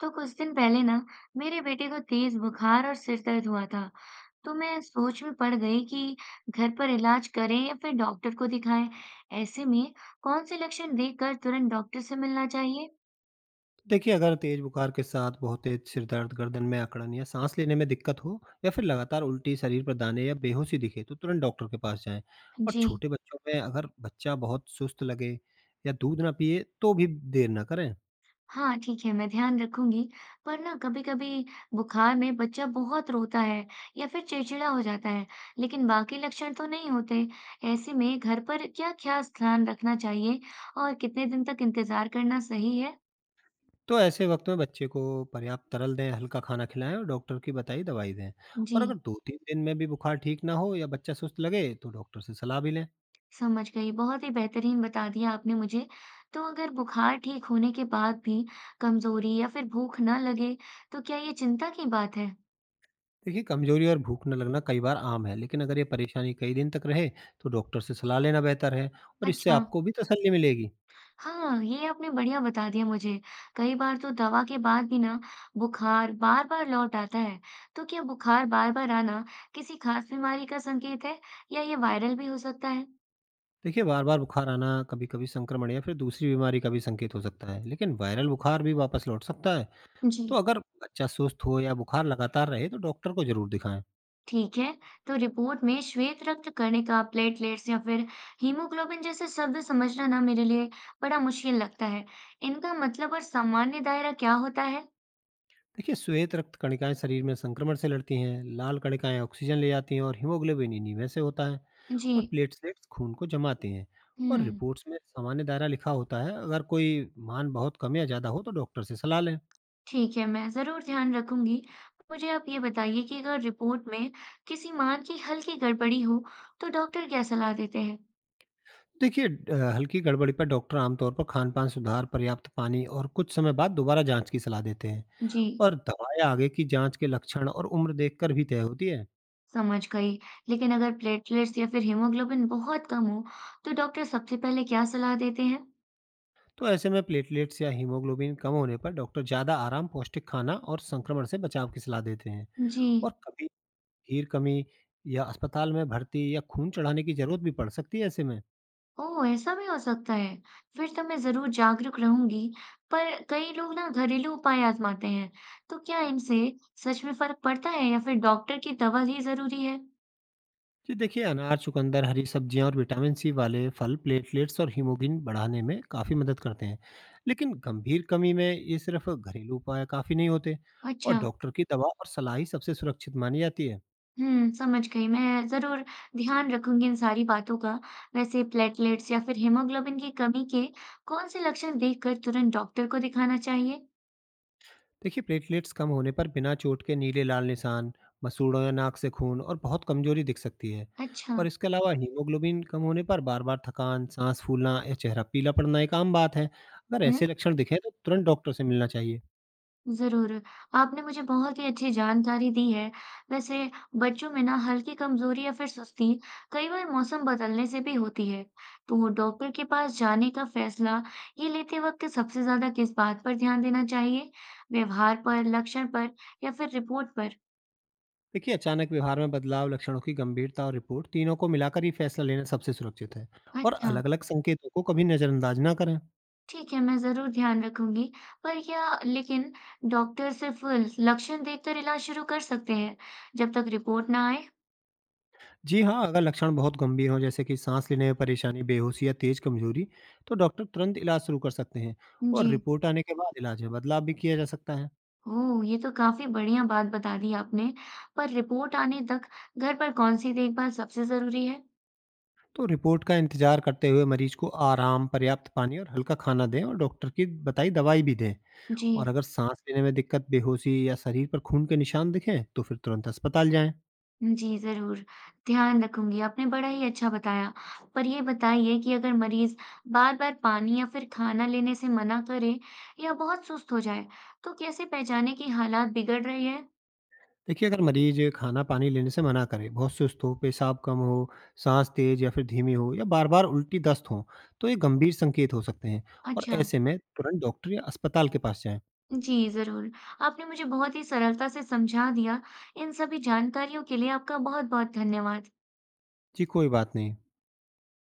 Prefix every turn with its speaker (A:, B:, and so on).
A: तो कुछ दिन पहले ना मेरे बेटे को तेज बुखार और सिर दर्द हुआ था। तो मैं सोच में पड़ गई कि घर पर इलाज करें या फिर डॉक्टर को दिखाएं। ऐसे में कौन से लक्षण देखकर तुरंत डॉक्टर से मिलना चाहिए?
B: देखिए, अगर तेज़ बुखार के साथ बहुत तेज़ सिर दर्द, गर्दन में अकड़न या साँस लेने में दिक्कत हो या फिर लगातार उल्टी, शरीर पर दाने या बेहोशी दिखे, तो तुरंत डॉक्टर के पास जाएँ। और
A: जी।
B: छोटे बच्चों में अगर बच्चा बहुत सुस्त लगे या दूध ना पिए, तो भी देर ना करें।
A: हाँ, ठीक है, मैं ध्यान रखूंगी। पर ना कभी कभी बुखार में बच्चा बहुत रोता है या फिर चिड़चिड़ा हो जाता है, लेकिन बाकी लक्षण तो नहीं होते। ऐसे में घर पर क्या क्या ध्यान रखना चाहिए और कितने दिन तक इंतजार करना सही है?
B: तो ऐसे वक़्त में बच्चे को पर्याप्त तरल दें, हल्का खाना खिलाएँ और डॉक्टर की बताई दवाई दें।
A: जी।
B: और अगर 2-3 दिन में भी बुखार ठीक ना हो या बच्चा सुस्त लगे, तो डॉक्टर से सलाह भी लें।
A: समझ गई। बहुत ही बेहतरीन बता दिया आपने मुझे। तो अगर बुखार ठीक होने के बाद भी कमज़ोरी या फिर भूख ना लगे, तो क्या ये चिंता की बात है?
B: देखिए कमजोरी और भूख न लगना कई बार आम है, लेकिन अगर ये परेशानी कई दिन तक रहे तो डॉक्टर से सलाह लेना बेहतर है और इससे
A: अच्छा।
B: आपको भी तसल्ली मिलेगी।
A: हाँ, ये आपने बढ़िया बता दिया मुझे। कई बार तो दवा के बाद भी ना बुखार बार-बार लौट आता है। तो क्या बुखार बार-बार आना किसी खास बीमारी का संकेत है या ये वायरल भी हो सकता है?
B: देखिए बार बार बुखार आना कभी कभी संक्रमण या फिर दूसरी बीमारी का भी संकेत हो सकता है, लेकिन वायरल बुखार भी वापस लौट सकता है। तो
A: जी।
B: अगर बच्चा सुस्त हो या बुखार लगातार रहे तो डॉक्टर को जरूर दिखाएं।
A: ठीक है, तो रिपोर्ट में श्वेत रक्त कणिका, प्लेटलेट्स या फिर हीमोग्लोबिन जैसे शब्द समझना ना मेरे लिए बड़ा मुश्किल लगता है। इनका मतलब और सामान्य दायरा क्या होता है?
B: देखिए श्वेत रक्त कणिकाएं शरीर में संक्रमण से लड़ती हैं, लाल कणिकाएं ऑक्सीजन ले जाती हैं और हीमोग्लोबिन इन्हीं में से होता है। और
A: जी।
B: प्लेटलेट्स खून को जमाते हैं। और
A: हम्म।
B: रिपोर्ट्स में सामान्य दायरा लिखा होता है, अगर कोई मान बहुत कम या ज़्यादा हो तो डॉक्टर से सलाह लें।
A: ठीक है, मैं ज़रूर ध्यान रखूंगी। मुझे आप ये बताइए कि अगर रिपोर्ट में किसी मान की हल्की गड़बड़ी हो, तो डॉक्टर क्या सलाह देते हैं?
B: देखिए हल्की गड़बड़ी पर डॉक्टर आमतौर पर खान पान सुधार, पर्याप्त पानी और कुछ समय बाद दोबारा जांच की सलाह देते हैं।
A: जी,
B: और दवाएं आगे की जांच के लक्षण और उम्र देखकर भी तय होती है।
A: समझ गई। लेकिन अगर प्लेटलेट्स या फिर हीमोग्लोबिन बहुत कम हो, तो डॉक्टर सबसे पहले क्या सलाह देते हैं?
B: तो ऐसे में प्लेटलेट्स या हीमोग्लोबिन कम होने पर डॉक्टर ज़्यादा आराम, पौष्टिक खाना और संक्रमण से बचाव की सलाह देते हैं।
A: जी।
B: और कभी हीर कमी या अस्पताल में भर्ती या खून चढ़ाने की जरूरत भी पड़ सकती है ऐसे में।
A: ओह! ऐसा भी हो सकता है। फिर तो मैं ज़रूर जागरूक रहूँगी। पर कई लोग ना घरेलू उपाय आज़माते हैं। तो क्या इनसे सच में फ़र्क पड़ता है या फिर डॉक्टर की दवा ही ज़रूरी है?
B: जी देखिए अनार, चुकंदर, हरी सब्जियां और विटामिन सी वाले फल प्लेटलेट्स और हीमोग्लोबिन बढ़ाने में काफ़ी मदद करते हैं। लेकिन गंभीर कमी में ये सिर्फ घरेलू उपाय काफ़ी नहीं होते और
A: अच्छा।
B: डॉक्टर की दवा और सलाह ही सबसे सुरक्षित मानी जाती है।
A: हुँ, समझ गई। मैं ज़रूर ध्यान रखूँगी इन सारी बातों का। वैसे प्लेटलेट्स या फिर हीमोग्लोबिन की कमी के कौन से लक्षण देखकर तुरंत डॉक्टर को दिखाना चाहिए?
B: देखिए प्लेटलेट्स कम होने पर बिना चोट के नीले लाल निशान, मसूड़ों या नाक से खून और बहुत कमजोरी दिख सकती है।
A: अच्छा।
B: और इसके अलावा हीमोग्लोबिन कम होने पर बार बार थकान, सांस फूलना या चेहरा पीला पड़ना एक आम बात है। अगर
A: हुँ।
B: ऐसे लक्षण दिखें तो तुरंत डॉक्टर से मिलना चाहिए।
A: ज़रूर, आपने मुझे बहुत ही अच्छी जानकारी दी है। वैसे बच्चों में ना हल्की कमज़ोरी या फिर सुस्ती कई बार मौसम बदलने से भी होती है। तो डॉक्टर के पास जाने का फ़ैसला ये लेते वक़्त सबसे ज़्यादा किस बात पर ध्यान देना चाहिए? व्यवहार पर, लक्षण पर या फिर रिपोर्ट पर?
B: देखिए अचानक व्यवहार में बदलाव, लक्षणों की गंभीरता और रिपोर्ट तीनों को मिलाकर ही फैसला लेना सबसे सुरक्षित है। और
A: अच्छा।
B: अलग अलग संकेतों को कभी नज़रअंदाज ना करें।
A: ठीक है, मैं ज़रूर ध्यान रखूँगी। पर क्या लेकिन डॉक्टर सिर्फ़ लक्षण देखकर इलाज शुरू कर सकते हैं, जब तक रिपोर्ट ना आए?
B: जी हाँ, अगर लक्षण बहुत गंभीर हों, जैसे कि साँस लेने में परेशानी, बेहोशी या तेज कमज़ोरी, तो डॉक्टर तुरंत इलाज शुरू कर सकते हैं। और
A: जी।
B: रिपोर्ट आने के बाद इलाज में बदलाव भी किया जा सकता है।
A: ओह! ये तो काफ़ी बढ़िया बात बता दी आपने। पर रिपोर्ट आने तक घर पर कौन-सी देखभाल सबसे ज़रूरी है?
B: तो रिपोर्ट का इंतज़ार करते हुए मरीज को आराम, पर्याप्त पानी और हल्का खाना दें और डॉक्टर की बताई दवाई भी दें।
A: जी।
B: और अगर साँस लेने में दिक्कत, बेहोशी या शरीर पर खून के निशान दिखें, तो फिर तुरंत अस्पताल जाएँ।
A: जी, ज़रूर। ध्यान रखूँगी, आपने बड़ा ही अच्छा बताया। पर ये बताइए कि अगर मरीज़ बार-बार पानी या फिर खाना लेने से मना करे या बहुत सुस्त हो जाए, तो कैसे पहचानें कि हालात बिगड़ रहे हैं?
B: देखिए, अगर मरीज खाना-पानी लेने से मना करे, बहुत सुस्त हो, पेशाब कम हो, साँस तेज या फिर धीमी हो या बार-बार उल्टी दस्त हो, तो ये गंभीर संकेत हो सकते हैं। और
A: अच्छा।
B: ऐसे में तुरंत डॉक्टर या अस्पताल के पास जाएँ।
A: जी, ज़रूर। आपने मुझे बहुत ही सरलता से समझा दिया। इन सभी जानकारियों के लिए आपका बहुत-बहुत धन्यवाद।
B: जी, कोई बात नहीं।